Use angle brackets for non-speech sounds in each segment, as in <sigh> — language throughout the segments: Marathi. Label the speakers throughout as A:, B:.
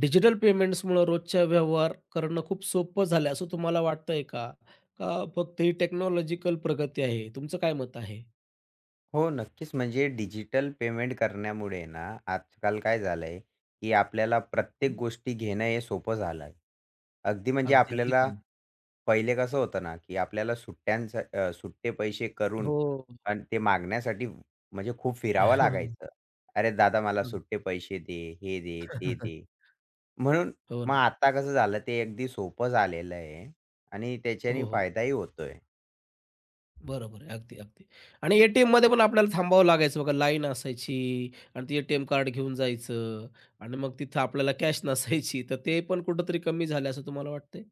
A: डिजिटल पेमेंट्समुळं रोजच्या व्यवहार करणं खूप सोपं झालं असं तुम्हाला वाटतंय का? का फक्त ही टेक्नॉलॉजिकल प्रगती आहे? तुमचं काय मत आहे?
B: हो, नक्कीच. म्हणजे डिजिटल पेमेंट करण्यामुळे ना, आजकाल काय झालंय, की आपल्याला प्रत्येक
A: हं.
B: गोष्टी घेणं हे सोपं झालं. अगदी म्हणजे
A: अगदी, अगदी
B: आपल्याला
A: खरं आहे.
B: पहिले कसं होतं ना, की आपल्याला सुट्टे पैसे करून
A: हो,
B: आणि ते मागण्यासाठी म्हणजे खूप फिरावं लागायचं.
A: <laughs>
B: "अरे दादा, मला
A: हो, हो.
B: सुट्टे पैसे दे, हे दे, ते दे." म्हणून
A: हो
B: मग
A: ना.
B: आता कसं झालं, ते अगदी सोपं झालेलं आहे आणि त्याच्याने
A: हो, हो.
B: फायदाही होतोय.
A: बरोबर आहे. अगदी, अगदी. आणि एटीएममध्ये पण आपल्याला थांबावं लागायचं बघा. लाईन असायची आणि ते एटीएम कार्ड घेऊन जायचं आणि मग तिथं आपल्याला कॅश नसायची. तर ते पण कुठेतरी कमी झालं असं तुम्हाला वाटतंय?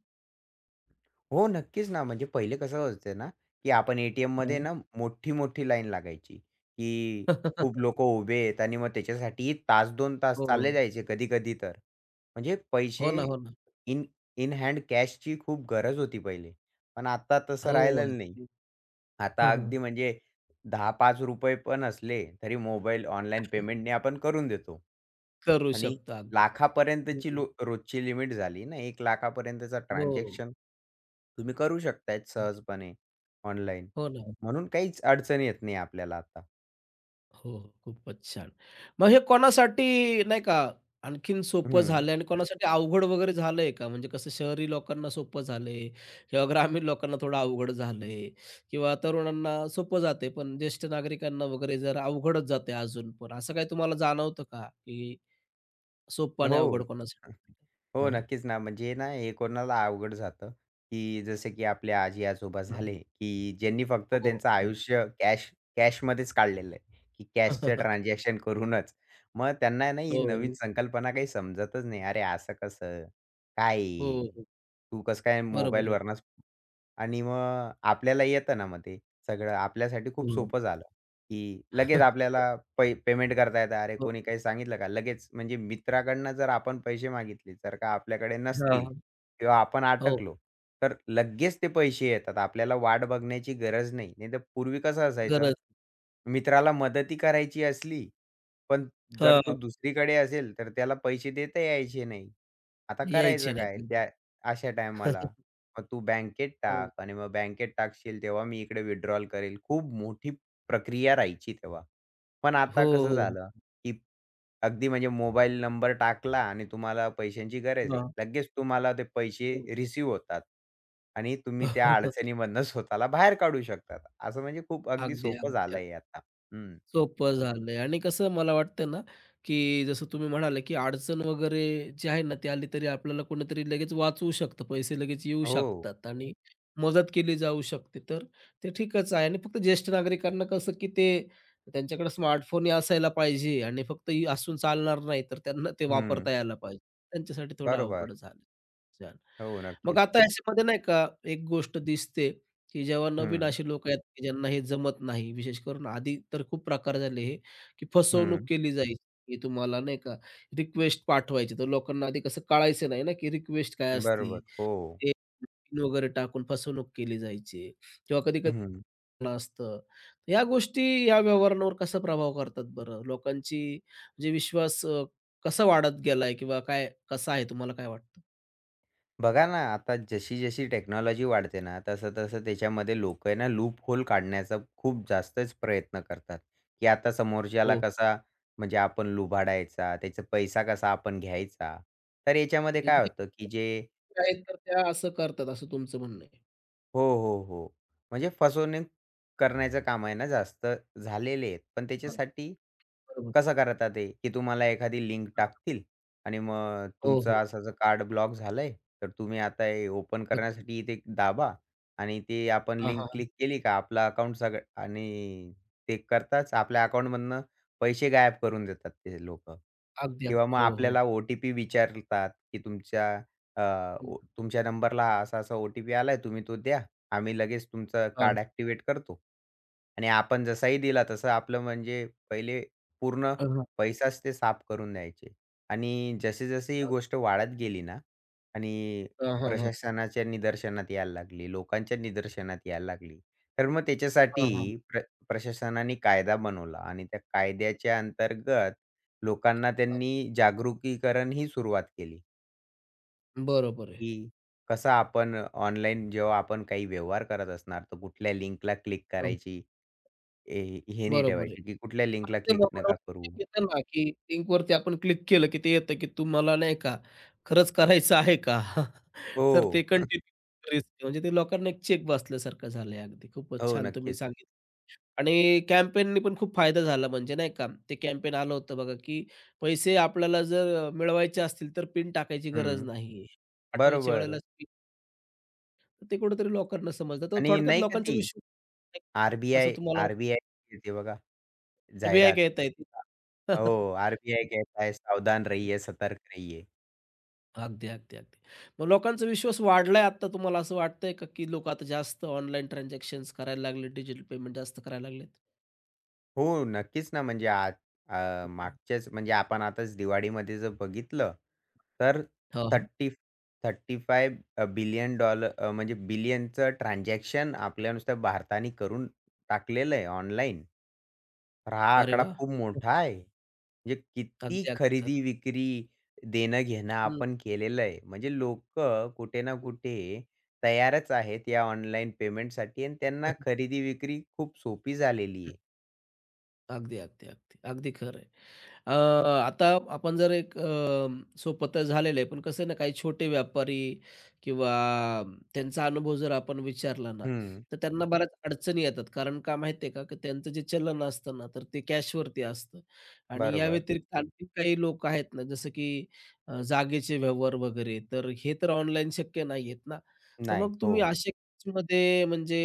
B: हो, नक्कीच ना. म्हणजे पहिले कसं व्हायचं ना, की आपण ए-टी-एममध्ये
A: हं.
B: ना मोठी-मोठी लाईन लागायची, की खूप
A: <laughs>
B: लोकं उभे आहेत आणि मग त्याच्यासाठी तास दोन तास चालले
A: हो.
B: जायचे कधी-कधी तर. म्हणजे
A: हो
B: पैसे
A: ना, हो ना.
B: इन इन हँड कॅशची खूप गरज होती पहिले. पण आता तसं
A: हो.
B: राहिलेलं नाही.
A: अगदी.
B: आता अगदी
A: <laughs>
B: म्हणजे 10 ₹5 पण असले तरी मोबाईल ऑनलाईन पेमेंटने आपण करून देतो.
A: करू
B: आणि
A: शकता. अगदी खरं आहे.
B: लाखापर्यंतची
A: हं,
B: रोजची लिमिट झाली ना, 1,00,000 पर्यंतचं
A: हो.
B: ट्रान्झॅक्शन तुम्ही करू शकताय सहजपणे ऑनलाईन.
A: हो ना. हो,
B: म्हणून काहीच अडचण येत नाही आपल्याला आता.
A: हो. खूपच छान. मग हे कोणासाठी नाही का आणखीन सोपं
B: हं.
A: झालं आणि कोणासाठी अवघड वगैरे झालंय का? म्हणजे कसं शहरी लोकांना सोपं झालंय किंवा ग्रामीण लोकांना थोडं अवघड झालंय किंवा तरुणांना सोपं जाते, पण ज्येष्ठ नागरिकांना वगैरे जरा अवघडच जाते अजून पण. असं काही तुम्हाला जाणवतं का, की सोपं आणि
B: हो.
A: अवघड कोणासाठी?
B: हो,
A: हां,
B: नक्कीच ना. म्हणजे ना हे कोणाला अवघड जातं, की जसं की आपले आजी-आजोबा
A: हां.
B: झाले, की ज्यांनी फक्त
A: हो.
B: त्यांचं आयुष्य कॅशमध्येच काढलेलं आहे, की कॅशचं
A: <laughs>
B: ट्रान्झॅक्शन करूनच. मग त्यांना ना ही
A: हो,
B: नवीन
A: हो,
B: संकल्पना काही समजतच नाही. अरे असं कसं? काय आहे?
A: हो.
B: तू कसं काय
A: बरोबर आहे.
B: मोबाईलवरूनच आणि मग आपल्याला येतं ना मग ते सगळं आपल्यासाठी खूप
A: हं.
B: सोपं झालं, की लगेच
A: <laughs>
B: आपल्याला पेमेंट करता येतं. अरे, कोणी काही सांगितलं का? लगेच म्हणजे मित्राकडनं जर आपण पैसे मागितले, जर का आपल्याकडे
A: हां,
B: नसतील
A: हां.
B: किंवा आपण
A: हो,
B: अटकलो, तर लगेच ते पैसे येतात. आपल्याला वाट बघण्याची गरज नाही. नाहीतर पूर्वी कसं असायचं,
A: गरज
B: मित्राला मदती करायची असली, पण जर तो
A: हां,
B: दुसरीकडे असेल, तर त्याला पैसे देता यायचे नाही. आता
A: यायचे
B: करायचं काय
A: नाहीत.
B: त्या अशा टायमाला?
A: <laughs>
B: मग तू बँकेत
A: हो,
B: टाक आणि मग बँकेत टाकशील तेव्हा मी इकडे विड्रॉल करेल. खूप मोठी प्रक्रिया राहायची तेव्हा. पण
A: हो,
B: आता कसं
A: हो.
B: झालं, की अगदी म्हणजे मोबाईल नंबर टाकला आणि तुम्हाला पैशांची गरज आहे.
A: हां,
B: लगेच तुम्हाला ते पैसे
A: हो.
B: रिसीव होतात आणि तुम्ही त्या
A: <laughs>
B: अडचणीमधनं स्वतःला बाहेर काढू शकतात. असं म्हणजे खूप अगदी
A: अगदी,
B: सोपं
A: अगदी, अगदी.
B: झालं आता. हं.
A: सोपं झालंय आणि कसं मला वाटतं ना, की जसं तुम्ही म्हणाले, की अडचण वगैरे जी आहे ना, ती आली तरी आपल्याला कोणीतरी लगेच वाचवू शकतं, पैसे लगेच येऊ
B: हो.
A: शकतात आणि मदत केली जाऊ शकते. तर ते ठीकच आहे आणि फक्त ज्येष्ठ नागरिकांना कसं, की ते त्यांच्याकडे स्मार्टफोन असायला पाहिजे आणि फक्त ही असून चालणार नाही, तर त्यांना ते
B: हं.
A: वापरता यायला पाहिजे. त्यांच्यासाठी थोडं
B: बरोबर.
A: अवघड झालं.
B: हो,
A: मग
B: नक्कीच.
A: आता याच्यामध्ये नाही का एक गोष्ट दिसते, की जेव्हा नवीन
B: हं.
A: अशी लोकं आहेत, की ज्यांना हे जमत नाही. विशेष करून आधी तर खूप प्रकार झाले हे, की फसवणूक
B: हं.
A: केली जायची. की तुम्हाला नाही का रिक्वेस्ट पाठवायची, तर लोकांना आधी कसं कळायचं नाही ना, की रिक्वेस्ट काय असती.
B: बरोबर. हो.
A: ते पिन वगैरे टाकून फसवणूक केली जायची किंवा कधी-कधी
B: हं.
A: असतं. या गोष्टी या व्यवहारांवर कसा प्रभाव करतात बरं? लोकांची म्हणजे विश्वास कसा वाढत गेलाय किंवा काय कसा आहे तुम्हाला काय वाटतं?
B: बघा ना, आता जशी-जशी टेक्नॉलॉजी वाढते ना, तसं-तसं त्याच्यामध्ये लोकं आहे ना लूप होल काढण्याचा खूप जास्तच प्रयत्न करतात, की आता
A: हो.
B: समोरच्याला कसा म्हणजे आपण लुबाडायचा, त्याचा पैसा कसा आपण घ्यायचा. तर याच्यामध्ये
A: म्हणजे
B: काय
A: जे
B: होतं, की
A: आहेत तर त्या असं करतात असं तुमचं म्हणणं आहे.
B: हो, हो, हो. म्हणजे फसवणूक करण्याचं काम आहे ना जास्त झालेले आहेत. पण
A: हां,
B: त्याच्यासाठी
A: बरोबर.
B: कसं करतात ते, की तुम्हाला एखादी लिंक
A: हां.
B: टाकतील आणि मग
A: हो,
B: तुमचं
A: हो.
B: असं-असं कार्ड ब्लॉक झालंय, तर तुम्ही आता हे ओपन
A: अच्छा.
B: करण्यासाठी इथे दाबा आणि ते आपण
A: हां, हां,
B: लिंक
A: हां.
B: क्लिक केली का आपलं अकाउंट सगळं आणि ते करताच आपल्या अकाउंटमधनं पैसे गायब करून देतात ते लोकं.
A: अगदी,
B: किंवा
A: अगदी.
B: मग
A: हो, हो.
B: आपल्याला ओ-टी-पी विचारतात, की अ,
A: हं.
B: तुमच्या नंबरला असा-असा ओ-टी-पी आलाय, तुम्ही तो द्या. आम्ही लगेच तुमचं
A: हां.
B: कार्ड ॲक्टिव्हेट करतो. आणि आपण जसाही दिला तसं आपलं म्हणजे पहिले पूर्ण
A: हां, हां.
B: पैसाच ते साफ करून द्यायचे. आणि जशी ही गोष्ट वाढत गेली ना आणि
A: हां, हां, हां.
B: प्रशासनाच्या निदर्शनात यायला लागली, लोकांच्या निदर्शनात यायला लागली. तर मग त्याच्यासाठी
A: हां, हां,
B: प्र प्रशासनाने कायदा बनवला आणि त्या कायद्याच्या अंतर्गत लोकांना
A: हां.
B: त्यांनी जागृतीकरण ही सुरुवात केली.
A: बरोबर आहे.
B: की कसं आपण ऑनलाईन जेव्हा आपण काही व्यवहार करत असणार, तर कुठल्या लिंकला क्लिक
A: हं.
B: करायची, हे हे नाही
A: बरोबर आहे.
B: ठेवायची, की कुठल्या
A: हां,
B: लिंकला
A: ते
B: क्लिक
A: बरोबर
B: नका करू.
A: येतं ना, की लिंकवरती आपण क्लिक केलं, की ते येतं, की तुम्हाला नाही का खरंच करायचं आहे का? <laughs> तर ते
B: हो. <laughs>
A: कंटिन्यू म्हणजे ते लोकांना एक चेक बसल्यासारखं झालंय अगदी. खूपच
B: हो,
A: छान तुम्ही
B: नक्कीच.
A: सांगितलं. आणि कॅम्पेननी पण खूप फायदा झाला म्हणजे नाही का, ते कॅम्पेन आलं होतं बघा, की पैसे आपल्याला जर मिळवायचे असतील तर पिन टाकायची गरज
B: हं.
A: नाही. पाठवायच्या
B: बरोबर.
A: वेळेलाच पिन ते कुठेतरी लोकांना समजलं. तर
B: आणि
A: थोडक्यात
B: नाही का
A: लोकांचा
B: ती
A: विश्वास नाही असं
B: आर-बी-आय,
A: तुम्हाला
B: आर-बी-आय येते बघा
A: वाटतं बी आय
B: जाहिरात.
A: का येता येते?
B: हो,
A: <laughs>
B: आर कहता है सावधान रहिए, सतर्क रहिए.
A: अगदी, अगदी, अगदी. मग लोकांचा विश्वास वाढलाय आता तुम्हाला असं वाटतंय का, की लोकं आता जास्त ऑनलाईन ट्रान्झॅक्शन्स करायला लागले, डिजिटल पेमेंट जास्त करायला लागलेत?
B: हो, नक्कीच ना. म्हणजे
A: हम्म.
B: मागच्याच म्हणजे आपण आताच दिवाळीमध्ये जर बघितलं, तर
A: हो, हो.
B: 30-35 बिलियन म्हणजे बिलियनचं ट्रान्झॅक्शन आपल्या नुसत्या भारताने करून टाकलेलं आहे ऑनलाईन. तर हा
A: अरे
B: आकडा
A: वाह!
B: खूप मोठा आहे. म्हणजे किती
A: अगदी, अगदी खरं आहे.
B: खरेदी-विक्री, देणं-घेणं
A: हं.
B: आपण केलेलं आहे. म्हणजे लोकं कुठे ना कुठे तयारच आहेत या ऑनलाईन पेमेंटसाठी आणि त्यांना खरेदी-विक्री खूप सोपी झालेली आहे.
A: अगदी, अगदी, अगदी. अगदी खरं आहे. अ, आता आपण जर एक सोपं तर झालेलं आहे, पण कसं आहे ना, काही छोटे व्यापारी किंवा त्यांचा अनुभव जर आपण विचारला ना,
B: हं,
A: तर त्यांना बऱ्याच अडचणी येतात. कारण का माहिती आहे का, की त्यांचं जे चलन असतं ना, तर ते कॅशवरती असतं आणि या
B: बरोबर.
A: व्यतिरिक्त आणखी काही लोक आहेत ना, जसं की जागेचे व्यवहार वगैरे, तर हे तर ऑनलाईन शक्य नाही आहेत ना. तर
B: नाही.
A: मग
B: हो.
A: तुम्ही अशा केसमध्ये म्हणजे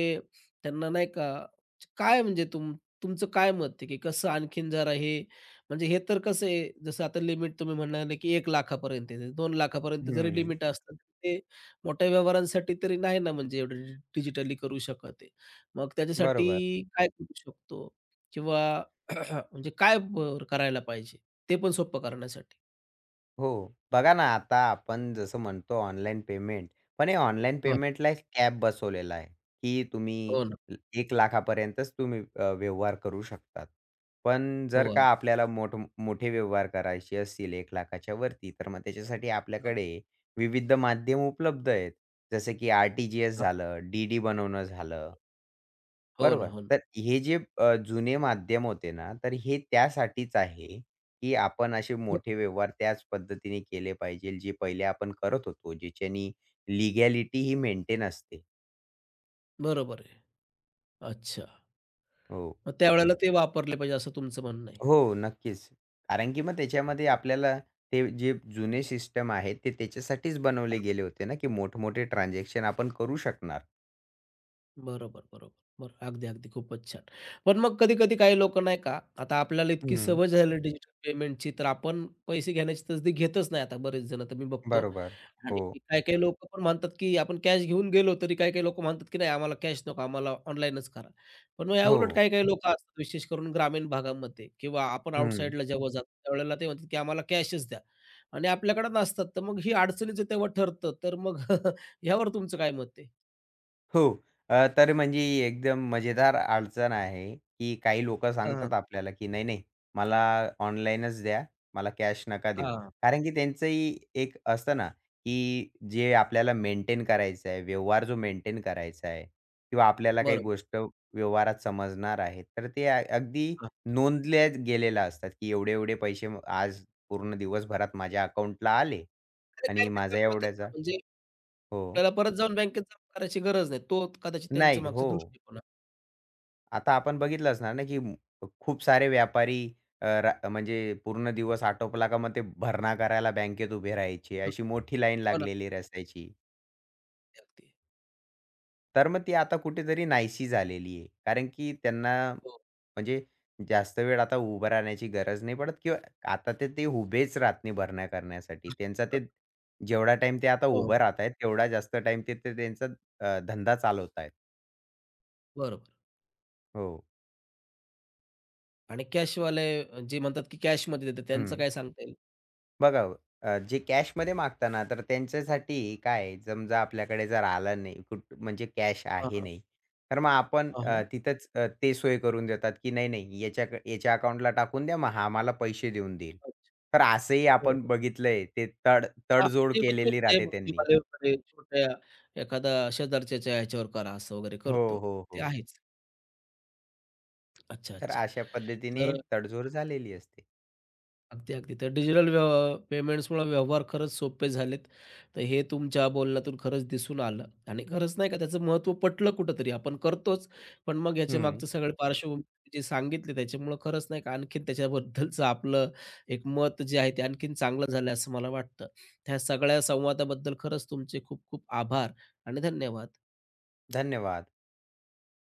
A: त्यांना नाही का काय म्हणजे तुमचं काय मत आहे, की कसं आणखीन जरा हे म्हणजे हे तर कसं आहे, जसं आता लिमिट तुम्ही म्हणाले, की 1 लाखापर्यंत आहे. 2 लाखापर्यंत जरी
B: हं.
A: लिमिट असलं, तरी ते मोठ्या व्यवहारांसाठी तरी नाही ना म्हणजे एवढं डिजिटली करू शकत आहे. मग
B: बरोबर.
A: त्याच्यासाठी काय करू शकतो? किंवा <clears throat> म्हणजे काय करायला पाहिजे? ते पण सोपं करण्यासाठी?
B: हो. बघा ना, आता आपण जसं म्हणतो ऑनलाईन पेमेंट, पण हे ऑनलाईन
A: हो.
B: पेमेंटला एक कॅप बसवलेला आहे, की तुम्ही
A: हो ना.
B: 1,00,000पर्यंतच व्यवहार करू शकतात. पण जर
A: हो.
B: का आपल्याला मोठे व्यवहार करायचे असतील 1,00,000च्या वरती, तर मग त्याच्यासाठी
A: अग-
B: आपल्याकडे विविध माध्यम उपलब्ध आहेत. जसं की आर-टी-जी-एस
A: अग-
B: झालं, डी-डी बनवणं झालं.
A: हो ना,
B: बरोबर.
A: हो ना.
B: तर हे जुने माध्यम होते ना, तर हे त्यासाठीच आहे, की आपण असे
A: ब-
B: मोठे व्यवहार त्याच पद्धतीने केले पाहिजे, जे पहिले आपण करत होतो, ज्याच्यानी लिगॅलिटी ही मेंटेन असते.
A: बरोबर आहे. अच्छा.
B: हो.
A: मग त्यावेळेला ते वापरले पाहिजे असं तुमचं म्हणणं आहे.
B: हो, नक्कीच. कारण की मग त्याच्यामध्ये आपल्याला ते जे जुने सिस्टम आहेत, ते त्याच्यासाठीच बनवले गेले होते ना, की मोठमोठे ट्रान्झॅक्शन आपण करू शकणार.
A: बरोबर, बरोबर. बरं. अगदी, अगदी. खूपच छान. पण मग कधी-कधी काही लोकं नाही का, आता आपल्याला इतकी
B: हं,
A: सवय झाली डिजिटल पेमेंटची, तर आपण पैसे घेण्याची तसदी घेतच नाही आता बरेच जण तर मी बघतो.
B: बरोबर. हो.
A: आणि काही-काही लोकं पण म्हणतात, की आपण कॅश घेऊन गेलो, तरी काही-काही लोकं म्हणतात, की नाही आम्हाला कॅश नको, आम्हाला ऑनलाईनच करा. पण मग याउलट
B: हो.
A: काही-काही लोकं असतात, विशेष करून ग्रामीण भागामध्ये किंवा आपण
B: हं.
A: आउटसाइडला जेव्हा जातो, त्यावेळेला ते म्हणतात, की आम्हाला कॅशच द्या. आणि आपल्याकडे नसतात, तर मग ही अडचणीचं तेव्हा ठरतं. तर मग <laughs> यावर तुमचं काय मत आहे?
B: हो. तर म्हणजे ही एकदम मजेदार अडचण आहे, की काही लोकं
A: हां, हां.
B: सांगतात आपल्याला, की "नाही, नाही, मला ऑनलाईनच द्या. मला कॅश नका देऊ." कारण की त्यांचंही एक असतं ना, की जे आपल्याला मेंटेन करायचं आहे, व्यवहार जो मेंटेन करायचा आहे किंवा आपल्याला काही
A: बरोबर.
B: गोष्ट व्यवहारात समजणार आहे, तर ते अगदी
A: हां.
B: नोंदल्या गेलेल्या असतात, की एवढे-एवढे पैसे आज पूर्ण दिवसभरात माझ्या अकाउंटला आले
A: ते
B: आणि
A: बँकेत
B: माझा
A: जमा होतात ना,
B: एवढ्याचा.
A: म्हणजे
B: हो.
A: आपल्याला परत जाऊन बँकेत जमा करायची गरज नाही. तो कदाचित त्यांचा
B: नाही.
A: मागचा
B: हो.
A: दृष्टिकोन
B: आता आपण बघितलं असणार ना, की खूप सारे व्यापारी अ, रा म्हणजे पूर्ण दिवस आटोपला का मग ते भरणा करायला बँकेत उभे राहायचे.
A: आहे.
B: अशी मोठी लाईन
A: हो ना,
B: लागलेली रस्त्याची.
A: अगदी,
B: तर मग ती आता कुठेतरी नाहीशी झालेली आहे. कारण की त्यांना
A: हो.
B: म्हणजे जास्त वेळ आता उभं राहण्याची गरज नाही पडत किंवा आता तर ते उभेच राहत नाही भरणा करण्यासाठी. त्यांचा ते जेवढा टाईम ते आता
A: हो,
B: उभं राहत आहेत, तेवढा जास्त टाईम ते ते धंदा चालवत आहेत.
A: बरोबर.
B: हो.
A: आणि कॅशवाले जे म्हणतात, की कॅशमध्ये देतात त्यांचं
B: हं.
A: काय सांगता येईल?
B: बघा, जे कॅशमध्ये मागता ना, तर त्यांच्यासाठी काय आहे, समजा आपल्याकडे जर आलं नाही, म्हणजे कॅश
A: हां,
B: आहे
A: हां.
B: नाही, तर मग आपण
A: हां,
B: अ,
A: हां.
B: तिथंच ते सोय करून देतात, की नाही, नाही याच्या अकाउंटला टाकून द्या, मग हा आम्हाला पैसे देऊन देईल.
A: अच्छा,
B: तर असंही आपण
A: बरोबर.
B: बघितलंय, ते
A: हां,
B: तडजोड
A: ते म्हणतात
B: केलेली
A: ते
B: राहते त्यांनी.
A: बुद्धिवाले वगैरे छोट्या एखादा शेजारच्याच्या ह्याच्यावर करा असं वगैरे
B: हो,
A: करतो.
B: हो,
A: ते
B: हो.
A: आहेच. अच्छा,
B: तर
A: अच्छा.
B: अशा पद्धतीने
A: तर
B: तडजोड झालेली असते.
A: अगदी, अगदी. तर डिजिटल पेमेंट्समुळे व्यवहार खरंच सोपे झालेत. तर हे तुमच्या बोलण्यातून खरंच दिसून आलं आणि खरंच नाही का त्याचं महत्त्व पटलं कुठेतरी. आपण करतोच, पण मग याच्या
B: हं.
A: मागचं सगळं पार्श्वभूमी जे सांगितली त्याच्यामुळं खरंच नाही का आणखीन त्याच्याबद्दलचं आपलं एक मत जे आहे ते आणखीन चांगलं झालं असं मला वाटतं. त्या सगळ्या संवादाबद्दल खरंच तुमचे खूप खूप आभार आणि धन्यवाद.
B: धन्यवाद.